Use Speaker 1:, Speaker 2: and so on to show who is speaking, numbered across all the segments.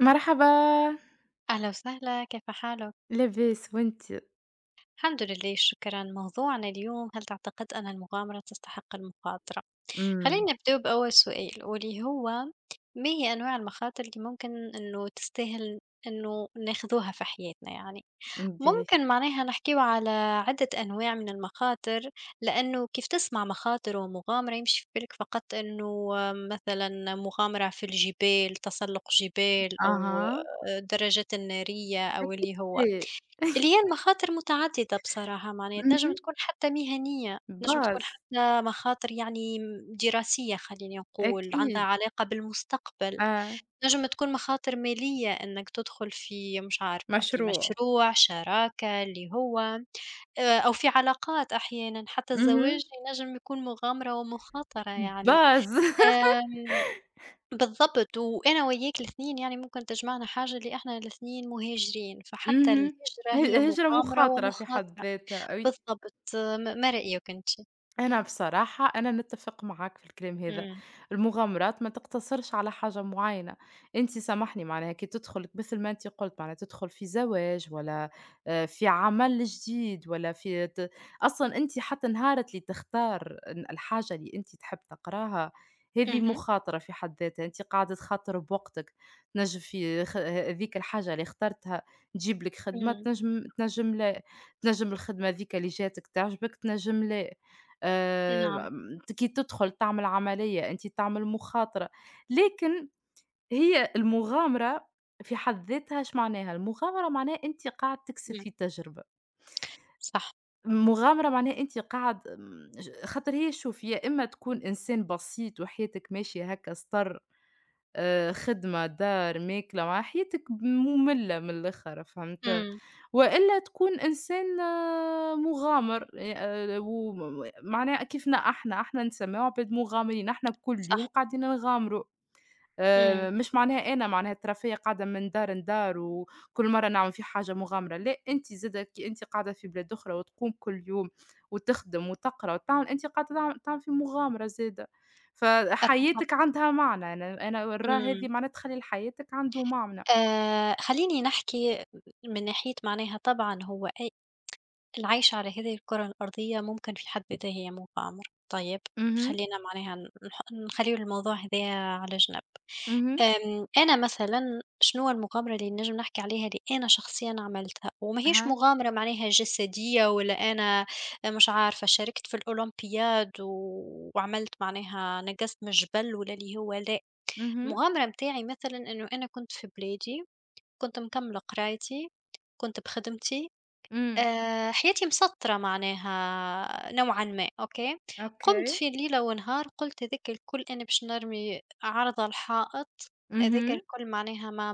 Speaker 1: مرحبا،
Speaker 2: أهلا وسهلا كيف حالك؟
Speaker 1: لاباس وأنتِ؟
Speaker 2: الحمد لله شكرا موضوعنا اليوم هل تعتقد أن المغامرة تستحق المخاطرة؟
Speaker 1: إمم،
Speaker 2: خلينا نبدأ بأول سؤال واللي هو ما هي أنواع المخاطر اللي ممكن أنه تستاهل أنه ناخذوها في حياتنا يعني
Speaker 1: باهي،
Speaker 2: ممكن معناها نحكيو على عدة أنواع من المخاطر لأنه كيف تسمع مخاطر ومغامرة يمشي في بالك فقط أنه مثلا مغامرة في الجبال تسلق جبال أو
Speaker 1: أها،
Speaker 2: درجات النارية أو
Speaker 1: أكيد،
Speaker 2: اللي هي المخاطر متعددة بصراحة، معناها تنجم
Speaker 1: اهم،
Speaker 2: تكون حتى مهنية، تنجم تكون
Speaker 1: Base
Speaker 2: حتى مخاطر يعني دراسية خلّيني نقول، عندها
Speaker 1: أكيد،
Speaker 2: علاقة بالمستقبل،
Speaker 1: آه،
Speaker 2: تنجم تكون مخاطر مالية إنك تدخل في مش عارفة في
Speaker 1: مشروع،
Speaker 2: مشروع، شراكة، اللي هو أو في علاقات أحيانًا، حتى الزواج
Speaker 1: اهم،
Speaker 2: ينجم يكون مغامرة ومخاطرة يعني،
Speaker 1: Base
Speaker 2: آمم بالضبط، وأنا وياك الاتنين يعني ممكن تجمعنا حاجة اللي إحنا الاتنين مهاجرين، فحتى
Speaker 1: اهم،
Speaker 2: الهجرة
Speaker 1: ه
Speaker 2: هي
Speaker 1: هجرة
Speaker 2: مغامرة
Speaker 1: مخاطرة في حد
Speaker 2: ومخاطرة.
Speaker 1: ذاتها، أي.
Speaker 2: بالضبط، ما رأيك أنتِ؟
Speaker 1: أنا بصراحة أنا نتفق معاك في الكلام هذا،
Speaker 2: إمم،
Speaker 1: المغامرات ما تقتصرش على حاجة معينة، أنتِ سامحني معناها كي تدخل مثل ما أنتِ قلت معناها تدخل في زواج ولا في عمل جديد ولا في ت أصلًا أنتِ حتى نهارة اللي تختار الحاجة اللي أنتِ تحب تقراها، هذه
Speaker 2: اهم،
Speaker 1: مخاطرة في حد ذاتها، أنتِ قاعدة تخاطري بوقتك، تنجم في خ هذيك الحاجة اللي اخترتها تجيب لك خدمة،
Speaker 2: إمم،
Speaker 1: تنجم لا، تنجم الخدمة هذيك اللي جاتك تعجبك، تنجم لا.
Speaker 2: نعم،
Speaker 1: م كي تدخل تعمل عملية، أنت تعمل مخاطرة، لكن هي المغامرة في حد ذاتها إيش معناها؟ المغامرة معناها أنت قاعد تكسب
Speaker 2: إمم،
Speaker 1: في تجربة،
Speaker 2: صح،
Speaker 1: المغامرة معناها أنت قاعد آمم، ج خاطر هي شوف يا إما تكون إنسان بسيط وحياتك ماشية هكا سطر، خدمة، دار، ماكلة، مع حياتك مملة من الآخر فهمت،
Speaker 2: إمم،
Speaker 1: وإلا تكون إنسان مغامر، وم معناها كيفنا إحنا، إحنا نسمّيو عباد مغامرين، إحنا كل
Speaker 2: صح،
Speaker 1: يوم قاعدين نغامروا.
Speaker 2: إمم،
Speaker 1: مش معناها أنا معناها الترفيه قاعدة من دار لدار وكل مرّة نعمل في حاجة مغامرة، لأ أنتِ زادة كي أنتِ قاعدة في بلاد أخرى وتقوم كل يوم وتخدم وتقرا وتعمل، أنتِ قاعدة تعمل في مغامرة زادة، فحياتِك
Speaker 2: أتفق،
Speaker 1: عندها معنى، أنا نراه هذه
Speaker 2: إمم.
Speaker 1: معناها تخلّي لحياتِك عنده معنى.
Speaker 2: خلّيني نحكي من ناحية معناها طبعًا هو العيش على هذه الكرة الأرضية ممكن في حد بداية هي مغامرة، طيب
Speaker 1: اهم،
Speaker 2: خلّينا معناها نح نخلّيو الموضوع هدايا على جنب،
Speaker 1: اهم،
Speaker 2: أنا مثلًا شنوا المغامرة اللي نجم نحكي عليها اللي أنا شخصيًا عملتها، وماهيش
Speaker 1: أها،
Speaker 2: مغامرة معناها جسدية ولا أنا مش عارفة شاركت في الأولمبياد وعملت معناها نَقَزت من الجبل ولا اللي هو لأ،
Speaker 1: اهم،
Speaker 2: المغامرة متاعي مثلًا إنه أنا كنت في بلادي، كنت مكملة قرايتي، كنت بخدمتي.
Speaker 1: إمم،
Speaker 2: حياتي مسطرة معناها نوعًا ما، أوكي، قُمت
Speaker 1: أوكي،
Speaker 2: في ليلة ونهار قُلت هذاك الكل أنا باش نرمي عرضة على الحائط، هذاك
Speaker 1: اهم،
Speaker 2: الكل معناها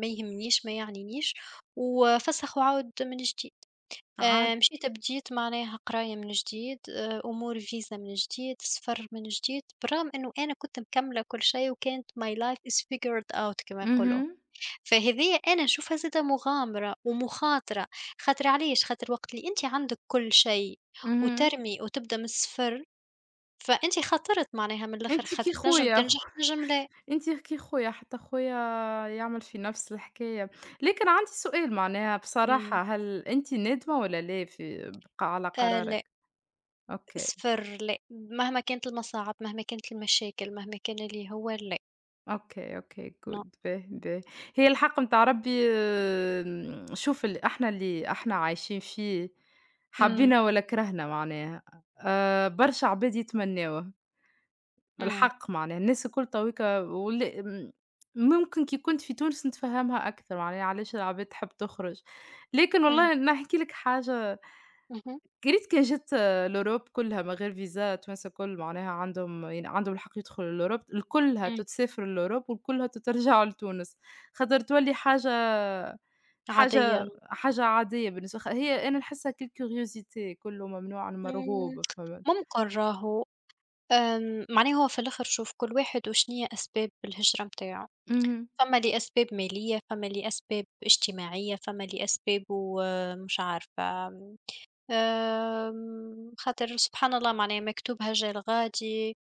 Speaker 2: ما يهمنيش، ما يعنينيش، وفسخ وعُود من جديد،
Speaker 1: عاد
Speaker 2: مشيت بديت معناها قراية من جديد، أمور فيزا من جديد، سفر من جديد، بالرغم إنه أنا كنت مكملة كل شيء وكانت my life is figured out كما يقولوا.
Speaker 1: اهم،
Speaker 2: فهذيّا أنا نشوفها زادة مغامرة ومخاطرة، خاطر علاش، خاطر وقت اللي أنت عندك كل شيء
Speaker 1: اهم،
Speaker 2: وترمي وتبدأ من الصفر، فأنت خاطرت معناها من الآخر،
Speaker 1: أنتِ كي
Speaker 2: خاطر تنجم
Speaker 1: خويا.
Speaker 2: تنجح تنجم لا،
Speaker 1: أنتِ كي خويا، حتى خويا يعمل في نفس الحكاية، لكن عندي سؤال معناها
Speaker 2: إمم،
Speaker 1: بصراحة، هل أنتِ نادمة والّا لا في بق على
Speaker 2: لأ،
Speaker 1: قرارِك؟ أوكي،
Speaker 2: صفر لأ، مهما كانت المصاعب، مهما كانت المشاكل، مهما كان اللي هو لأ،
Speaker 1: أوكي، أوكي good
Speaker 2: no
Speaker 1: باهي، باهي. هي الحق متاع ربي، شوف إحنا اللي إحنا عايشين فيه
Speaker 2: إمم،
Speaker 1: حبينا والّا كرهنا معناها، برشا عباد يتمناوه.
Speaker 2: إمم،
Speaker 1: الحق معناها الناس الكل تويكا ولا ممكن كي كنت في تونس نتفهمها أكثر معناها علاش العباد تحب تخرج، لكن
Speaker 2: إمم،
Speaker 1: والله نحكي لك حاجة.
Speaker 2: اهم،
Speaker 1: قريت كان جات الأوروب كلها من غير فيزا التوانسة الكل معناها عندهم يعني عندهم الحق يدخلوا الأوروب الكلها
Speaker 2: إمم،
Speaker 1: تتسافر الأوروب والكلها تترجع لتونس خاطر تولي حاجة،
Speaker 2: عادية،
Speaker 1: عادية بالنسبة، هي أنا نحسها كل كيوريوزيتي كله ممنوع عن
Speaker 2: إمم،
Speaker 1: مرغوب فهمت.
Speaker 2: ممكن راهو، معناها هو في الآخر شوف كل واحد وشنيا أسباب الهجرة متاعه.
Speaker 1: مهم.
Speaker 2: فما لأسباب مالية، فما لأسباب اجتماعية، فما لأسباب ومش عارفة خاطر سبحان الله معناها مكتوبها جا لغادي،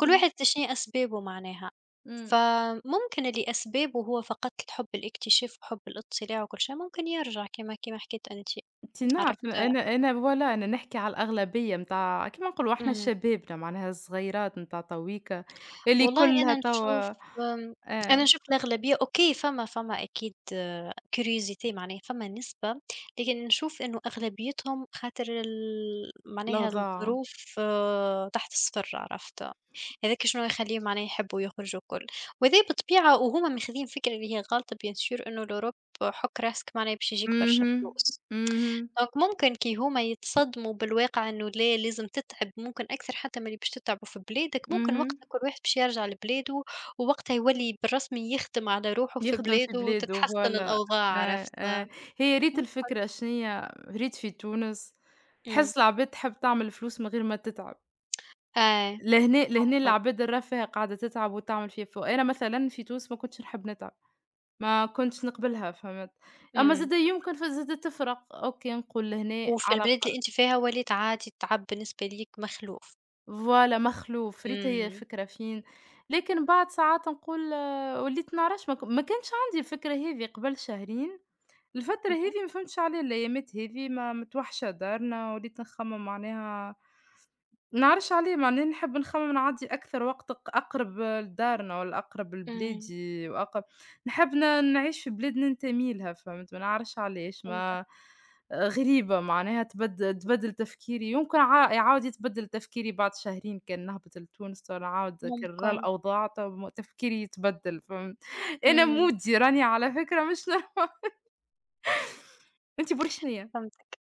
Speaker 2: كل واحد شنيا أسبابه معناها،
Speaker 1: مم.
Speaker 2: فممكن اللي أسبابه هو فقط الحب الاكتشاف وحب الاطلاع وكل شي ممكن يرجع كيما حكيت أنتِ،
Speaker 1: أنتِ نعرفي،
Speaker 2: عرفت؟
Speaker 1: أنا فوالا أنا نحكي على الأغلبية متاع كيما نقولوا إحنا
Speaker 2: إمم.
Speaker 1: شبابنا معناها الصغيرات متاع تويكا اللي
Speaker 2: والله
Speaker 1: كلها توا.
Speaker 2: آمم،
Speaker 1: آه،
Speaker 2: أنا نشوف الأغلبية أوكي فما أكيد curiosity معناها فما نسبة، لكن نشوف إنه أغلبيتهم خاطر ال معناها
Speaker 1: الأوضاع.
Speaker 2: الظروف تحت الصفر عرفت، هذاك شنو يخليهم معناها يحبوا يخرجوا الكل، وهذا بالطبيعة وهُم ماخذين فكرة اللي هي غالطة bien sûr إنه الأوروب حُك راسك معناها باش يجيك برشا
Speaker 1: اهم،
Speaker 2: فلوس.
Speaker 1: اهم،
Speaker 2: دونك ممكن كي هما يتصدموا بالواقع إنه لا لازم تتعب، ممكن أكثر حتى من اللي باش تتعبوا في بلادك، ممكن
Speaker 1: اهم،
Speaker 2: وقتها كل واحد باش يرجع لبلاده، ووقتها يولي بالرسمي يخدم على روحه في
Speaker 1: يخدم في
Speaker 2: بلاده
Speaker 1: بلاده
Speaker 2: وتتحسن
Speaker 1: فوالا،
Speaker 2: الأوضاع
Speaker 1: آه،
Speaker 2: عرفت،
Speaker 1: آه، هي ريت
Speaker 2: ممكن،
Speaker 1: الفكرة شنيا ريت في تونس
Speaker 2: إمم،
Speaker 1: تحس العباد تحب تعمل فلوس من غير ما تتعب،
Speaker 2: آه
Speaker 1: لهنا
Speaker 2: ممكن،
Speaker 1: العباد الرفاهة قاعدة تتعب وتعمل فيها فوق، أنا مثلًا في تونس ما كنتش نحب نتعب. ما كنتش نقبلها فهمت، أما
Speaker 2: إمم،
Speaker 1: زادا يمكن، زادا تفرق أوكي نقول لهنا
Speaker 2: وفي
Speaker 1: على
Speaker 2: البلاد اللي
Speaker 1: الأقل.
Speaker 2: أنتِ فيها وليت عادي التعب بالنسبة ليك مخلوف،
Speaker 1: فوالا مخلوف، ريت هي
Speaker 2: إمم،
Speaker 1: الفكرة فين، لكن بعد ساعات نقول، وليت نعرفش ما كانش عندي الفكرة هذي قبل شهرين، الفترة
Speaker 2: اهم،
Speaker 1: هذي ما فهمتش عليه، الأيامات هذي ما متوحشة دارنا وليت نخمم معناها نعرفش عليه معناه نحب نخمم نعدي أكثر وقت، أقرب لدارنا والّا أقرب
Speaker 2: إمم،
Speaker 1: لبلادي وأقرب نحب، نعيش في بلاد ننتمي لها فهمت، ما نعرفش علاش
Speaker 2: فهمتك،
Speaker 1: ما. غريبة معناها، تبدل تفكيري، يمكن، يعاود يتبدل تفكيري بعد شهرين كان نهبط لتونس، تو نعاود كرر
Speaker 2: ممكن،
Speaker 1: الأوضاع تو تفكيري يتبدل فهمت، أنا
Speaker 2: إمم،
Speaker 1: مودي راني على فكرة مش نورمال. أنتِ برج شنيا؟
Speaker 2: فهمتك،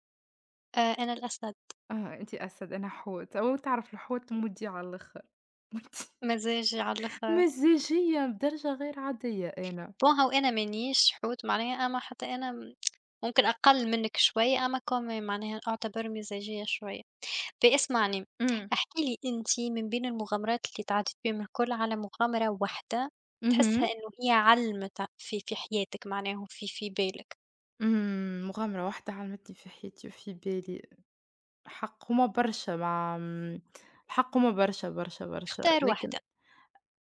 Speaker 2: أنا الأسد،
Speaker 1: آه، أنتِ أسد، أنا حوت، أو تعرف الحوت مودي على الآخر. مودي
Speaker 2: مزاجي على الآخر.
Speaker 1: مزاجية بدرجة غير عادية أنا.
Speaker 2: Bon هو أنا مانيش حوت معناها أما حتى أنا ممكن أقل منِّك شوية أما quand même معناها أعتبر مزاجية شوية. فاسمعني،
Speaker 1: إمم.
Speaker 2: احكِ لي أنتِ من بين المغامرات اللي تعدّيت بيهم الكل على مغامرة واحدة تحسّها
Speaker 1: اهم.
Speaker 2: إنه هي علّمِت في حياتك معناها في بالك،
Speaker 1: إمم، مغامرة واحدة علمتني في حياتي وفي بالي، الحق هُما برشا مع م الحق هُما برشا، برشا، برشا،
Speaker 2: اختار
Speaker 1: لكن
Speaker 2: واحدة.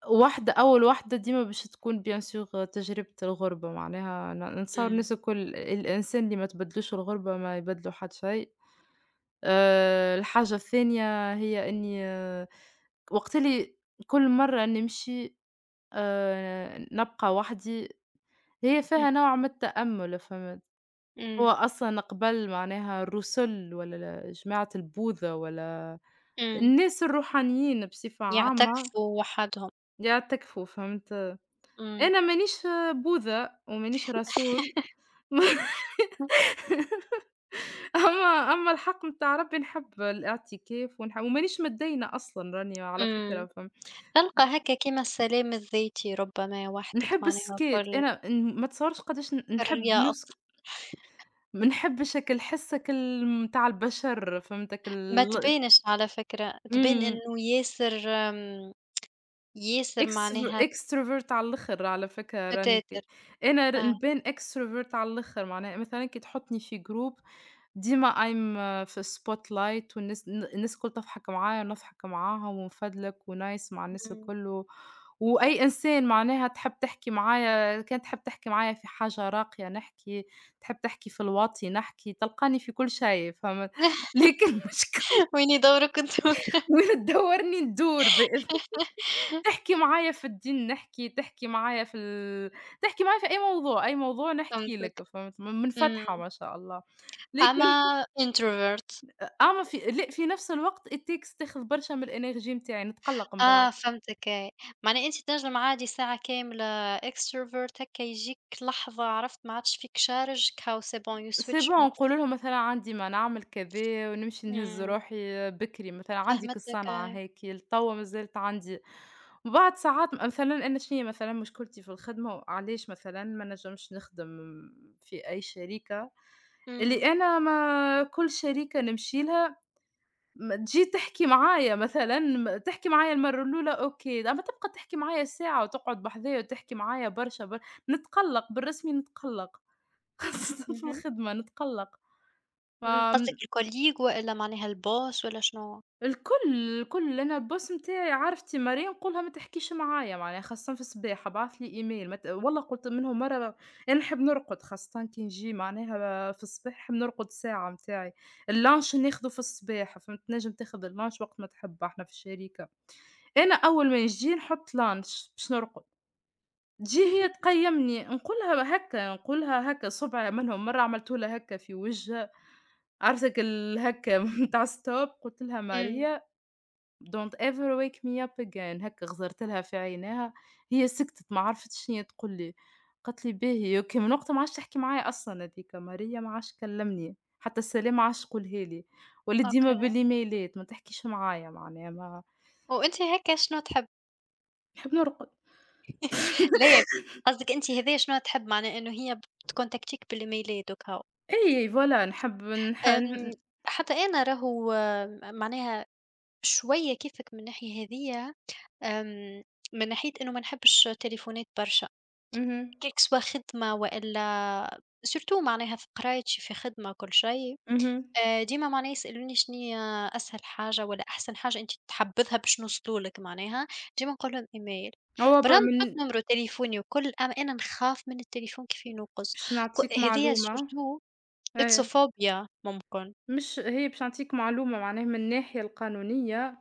Speaker 1: واحدة، أول واحدة ديما باش تكون bien sûr تجربة الغربة، معناها، نتصور
Speaker 2: إمم،
Speaker 1: الناس الكل، الإنسان اللي ما تبادلوش الغربة ما يبادلو حد شيء. الحاجة الثانية هي إني، وقت اللي كل مرة نمشي، نبقى وحدي هي
Speaker 2: إمم،
Speaker 1: فيها نوع من التأمُّل فهمت، هو
Speaker 2: إمم،
Speaker 1: أصلًا قبل معناها الرُّسُل والّا جماعة البوذا والّا
Speaker 2: إمم.
Speaker 1: الناس الروحانيين بصفة عامة
Speaker 2: يعتكفوا وحدهم.
Speaker 1: يعتكفوا فهمت،
Speaker 2: إمم،
Speaker 1: أنا مانيش بوذا ومانيش رسول. أما أما الحق متاع ربي نحب الاعتكاف، ومانيش متدينة أصلًا راني على
Speaker 2: إمم.
Speaker 1: فكرة فهمت،
Speaker 2: تلقى هكا كيما السلام الذاتي ربما وحدك
Speaker 1: نحب
Speaker 2: معناها
Speaker 1: السكات
Speaker 2: الكل،
Speaker 1: أنا، ما تصوّرش قداش ن نحب
Speaker 2: الحرية
Speaker 1: ما نحبش هاك الحِس، هاك ال متاع البشر فهمت، هاك
Speaker 2: ما
Speaker 1: ال
Speaker 2: تبانش على فكرة، تبان
Speaker 1: إمم.
Speaker 2: إنه ياسر
Speaker 1: إكستف
Speaker 2: معناها
Speaker 1: extrovert على الآخر على فكرة راني
Speaker 2: تتاتر،
Speaker 1: أنا،
Speaker 2: آه،
Speaker 1: نبان extrovert على الآخر، معناها مثلًا كي تحطني في group ديما I'm في الspotlight والناس، الناس الكل تضحك معايا ونضحك معاهم ونفدلك وnice مع الناس
Speaker 2: إمم.
Speaker 1: الكل، و وأي إنسان معناها تحب تحكي معايا، كان تحب تحكي معايا في حاجة راقية نحكي، تحب تحكي في الواطي نحكي، تلقاني في كل شيء فهمت؟ لكن المشكل
Speaker 2: ويني دورك أنت
Speaker 1: وين تدوّرني ندور بإذن، تحكي معايا في الدين نحكي، تحكي معايا في ال تحكي معايا في أي موضوع، أي موضوع نحكي
Speaker 2: فهمتك،
Speaker 1: لك فهمت، منفتحة
Speaker 2: إمم.
Speaker 1: ما شاء الله، لكن
Speaker 2: أما introvert
Speaker 1: أما في، لأ، في نفس الوقت الtext تاخذ برشا من الenergy نتاعي نتقلق من بعد،
Speaker 2: آه فهمتك أي، معناها أنت تنجم عادي ساعة كاملة extrovert هكا يجيك لحظة عرفت ما عادش فيك شارج كهو c'est bon you
Speaker 1: c'est
Speaker 2: switch
Speaker 1: bon نقول
Speaker 2: off
Speaker 1: لهم مثلًا عندي ما نعمل كذا ونمشي نهز
Speaker 2: إمم،
Speaker 1: روحي بكري، مثلًا عندي
Speaker 2: فهمتك
Speaker 1: كالصنعة
Speaker 2: أي،
Speaker 1: هاكي لتوا ما زالت عندي، وبعد ساعات مثلًا أنا شنيا مثلًا مشكلتي في الخدمة وعلاش مثلًا ما نجمش نخدم في أي شركة، اللي
Speaker 2: إمم،
Speaker 1: أنا ما كل شريكة نمشي لها ما تجي تحكي معايا مثلًا، تحكي معايا المرّة الأولى أوكي، أمّا تبقى تحكي معايا ساعة وتقعد بحذايا وتحكي معايا برشا، نتقلّق، بالرسمي نتقلّق، خاصةً في
Speaker 2: اهم.
Speaker 1: الخدمة نتقلّق. ف
Speaker 2: إمم، قصدك الcolleague والّا معناها الboss والّا شنو؟
Speaker 1: الكل، الكل، أنا الboss نتاعي عرفتي مريم نقولها ما تحكيش معايا معناها خاصةً في الصباح، ابعث لي email، ما ت والله قلت منهم مرة أنا نحب نرقد خاصةً كي نجي معناها في الصباح نحب نرقد الساعة نتاعي، الlunch ناخده في الصباح فهمت، تنجم تاخذ الlunch وقت ما تحب إحنا في الشركة، أنا أول ما نجي نحط lunch باش نرقد، تجي هي تقيمني نقولها هكا، نقولها هكا صبعي، منهم مرة عملته لها هكا في وجهها، عرفتك هكا متاع stop. قلت لها:
Speaker 2: إمم،
Speaker 1: "ماريا Don't ever wake me up again" هكا غزرت لها في عينيها، هي سكتت ما عرفتش شنيا تقول لي، قالت لي باهي أوكي، من وقتها ما عادش تحكي معايا أصلًا، هاذيك ماريا ما عادش كلمني، حتى السلام ما عادش تقولها لي، ولات
Speaker 2: أوكي.
Speaker 1: ديما بالإيميلات ما تحكيش معايا معناها ما
Speaker 2: وأنت هكا شنو تحب؟
Speaker 1: نحب نرقد،
Speaker 2: ليه؟ قصدِك أنتِ هذايا شنو تحب معناه إنه هي تكونتاكتيك بالإيميلات وكا،
Speaker 1: أي فوالا نحب، نح
Speaker 2: آمم،
Speaker 1: ن
Speaker 2: حتى أنا راهو معناها شوية كيفك من الناحية هذية، آمم، من ناحية إنه ما نحبش التليفونات برشا،
Speaker 1: اهم،
Speaker 2: كيك سوا خدمة وإلا surtout معناها في قرايتي في خدمة وكل شي
Speaker 1: اهم،
Speaker 2: ديما معناها يسألوني شنيا أسهل حاجة والّا أحسن حاجة أنتِ تحبذها باش نوصلوا لِك معناها، ديما نقول لهم إيميل،
Speaker 1: هو ب
Speaker 2: برغم
Speaker 1: من
Speaker 2: نحط نمرو تليفوني وكل، أما أنا نخاف من التليفون كيف ينوقز،
Speaker 1: باش
Speaker 2: ك
Speaker 1: نعطيك
Speaker 2: هذيا
Speaker 1: معلومة،
Speaker 2: surtout it's a
Speaker 1: إيه،
Speaker 2: phobia ممكن.
Speaker 1: مش هي، باش نعطيك معلومة معناها من الناحية القانونية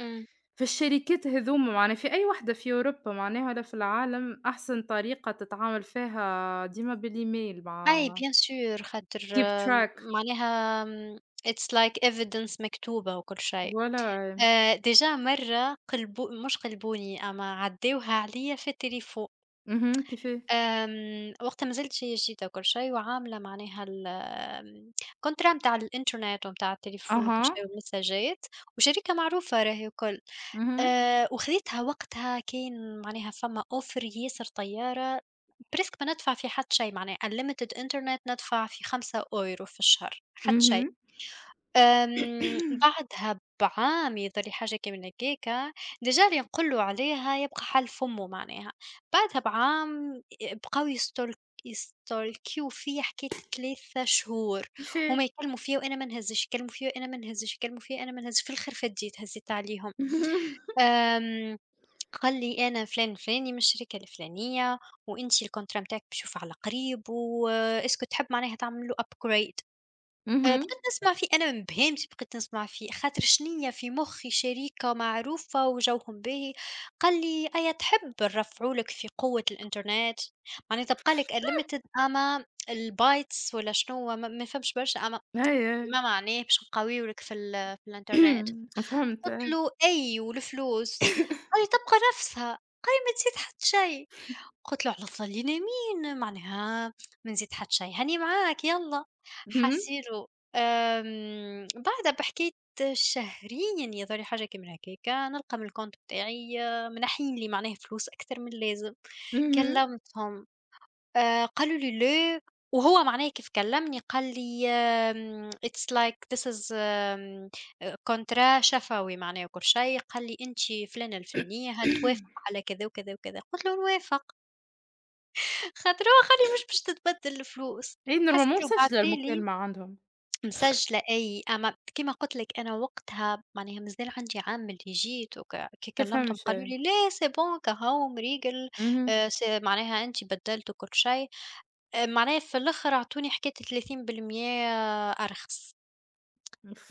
Speaker 2: إمم.
Speaker 1: في الشركات هاذوما معناها في أي وحدة في أوروبا معناها ولا في العالم، أحسن طريقة تتعامل فيها ديما بالإيميل مع
Speaker 2: أي bien sûr خاطر
Speaker 1: keep track.
Speaker 2: معناها it's like evidence مكتوبة وكل شيء.
Speaker 1: voilà
Speaker 2: Déjà مرّة قلبو مش قلبوني، أما عدّاوها عليَّ في التليفون.
Speaker 1: اهم كيفاه؟
Speaker 2: وقت ما زلت شي جديدة وكل شي، وعاملة معناها ال آمم، الcontra متاع الإنترنت ومتاع التليفون وكل شي
Speaker 1: أها،
Speaker 2: والمساجات، وشركة معروفة راهي وكل،
Speaker 1: اهم،
Speaker 2: وخذيتها وقتها كان معناها فما offer ياسر طيارة، presque ما ندفع في حتى شي معناها unlimited internet ندفع في 5€ في الشهر، حتى شي.
Speaker 1: اهم
Speaker 2: بعدها بعام يضل لي حاجة كي من هكاكا، ديجا اللي نقول له عليها يبقى حل فمه معناها، بعدها بعام بقاو يستلقيو فيَّ حكاية 3 شهور،
Speaker 1: كيفاه؟
Speaker 2: هُما يكلموا فيَّ وأنا ما نهزش، يكلموا فيَّ وأنا ما نهزش، يكلموا فيَّ وأنا ما نهزش، في الآخر فديت هزيت عليهم. آمم، قال لي أنا فلان الفلاني من الشركة الفلانية، وأنتِ الcontract متاعِك بيشوف على قريب، و اسكو تحب معناها تعمل له upgrade.
Speaker 1: اهم،
Speaker 2: بقيت نسمع فيه أنا من بهيمتي بقيت نسمع فيه، خاطر شنيّا في مخي شريكة معروفة وجوهم باهي، قال لي: "أيا تحب نرفعوا لك في قوة الإنترنت؟" معناتها بقى لك unlimited أما الbytes والّا شنوا ما فهمتش برشا أما
Speaker 1: أي، أي
Speaker 2: ما معناه باش نقويوا لك في الإنترنت،
Speaker 1: فهمت
Speaker 2: قُلت
Speaker 1: أي
Speaker 2: له: "أي والفلوس؟" قال لي: "تبقى نفسها." قال لي: "ما تزيد حتى شي." قُلت له: "على الله اللي نايمين معناها ما نزيد حتى شي، هاني معاك يالّا."
Speaker 1: اهم،
Speaker 2: حسيلو بعدها بحكاية شهرين يظهر لي حاجة كيما هكاكا، نلقى من الكونت بتاعي آه، منحين لي معناه فلوس أكثر من اللازم،
Speaker 1: اهم
Speaker 2: كلّمتهم قالوا لي: "لا." وهو معناه كيف كلّمني قال لي it's like this is contract شفوي معناه وكل شي، قال لي: "أنتِ فلانة الفلانية هل توافق على كذا وكذا وكذا؟" قُلت له: "نوافق." خاطر هو خالي مش باش تتبدل الفلوس،
Speaker 1: أي normalement
Speaker 2: حسيت
Speaker 1: مسجلة
Speaker 2: وبعتالي
Speaker 1: المكالمة عندهم،
Speaker 2: مسجلة أي أما كيما قُلت لك أنا وقتها معناها مازال عندي عام اللي جيت كي كلّمتهم
Speaker 1: تفهمش
Speaker 2: قالوا
Speaker 1: أي،
Speaker 2: لي: "لا c'est bon كهو مريقل
Speaker 1: اهم،
Speaker 2: س معناها أنتِ بدّلتِ وكل شيء." معناها في الآخر عطوني حكاية 30% أرخص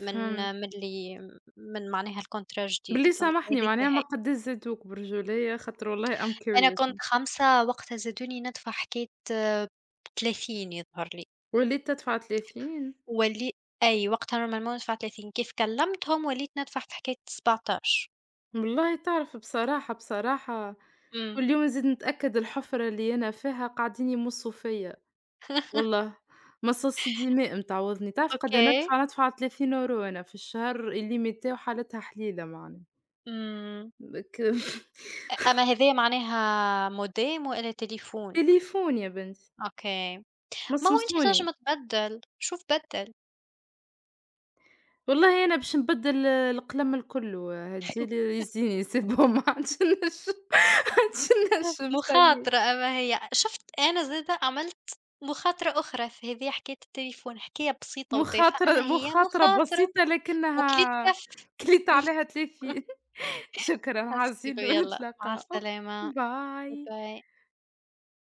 Speaker 2: من من اللي من معناها الcontrat الجديد
Speaker 1: بلي
Speaker 2: فهمت،
Speaker 1: سامحني
Speaker 2: هاذيك
Speaker 1: معناها ما
Speaker 2: هي.
Speaker 1: قداش زادوك برجولية خاطر والله I'm
Speaker 2: أنا كنت
Speaker 1: curious،
Speaker 2: 5 وقتها زادوني ندفع حكاية 30 يظهر لي.
Speaker 1: وليت تدفع 30.
Speaker 2: ولي أي وقتها normalement ندفع 30 كيف كلّمتهم وليت ندفع في حكاية 17
Speaker 1: والله تعرف بصراحة، بصراحة
Speaker 2: إمم،
Speaker 1: كل يوم نزيد نتأكد الحفرة اللي أنا فيها قاعدين يمصوا فيا، والله مصاصي دماء متعوضني، تعرف قد إيه
Speaker 2: أوكي،
Speaker 1: ندفع 30€ أنا في الشهر، الليميت تاعو حالتها حليلة معناها،
Speaker 2: إمم،
Speaker 1: ك
Speaker 2: أما هذايا معناها موديم والا تليفون؟
Speaker 1: تليفون يا بنتي
Speaker 2: أوكي، ما هو أنت
Speaker 1: مصمصوني.
Speaker 2: تنجم تبدّل، شوف بدّل،
Speaker 1: والله أنا باش نبدّل القلم الكلّه، هدّي لي يزيني سي بون. ما عادش نجم ما عادش نجم ça y
Speaker 2: مخاطرة
Speaker 1: est.
Speaker 2: أما هي، شُفت أنا زادة عملت مخاطرة أخرى في هذه حكاية التليفون، حكاية بسيطة وتافهة أما
Speaker 1: مخاطرة،
Speaker 2: هي
Speaker 1: مخاطرة
Speaker 2: مخاطرة
Speaker 1: بسيطة،
Speaker 2: وكليت
Speaker 1: لكنها
Speaker 2: كَف
Speaker 1: كليت عليها تلافين. شكرًا
Speaker 2: حسبي
Speaker 1: عزيز
Speaker 2: الله يلّا، مع
Speaker 1: ونتلاقاو.
Speaker 2: السلامة، باي
Speaker 1: باي.
Speaker 2: باي.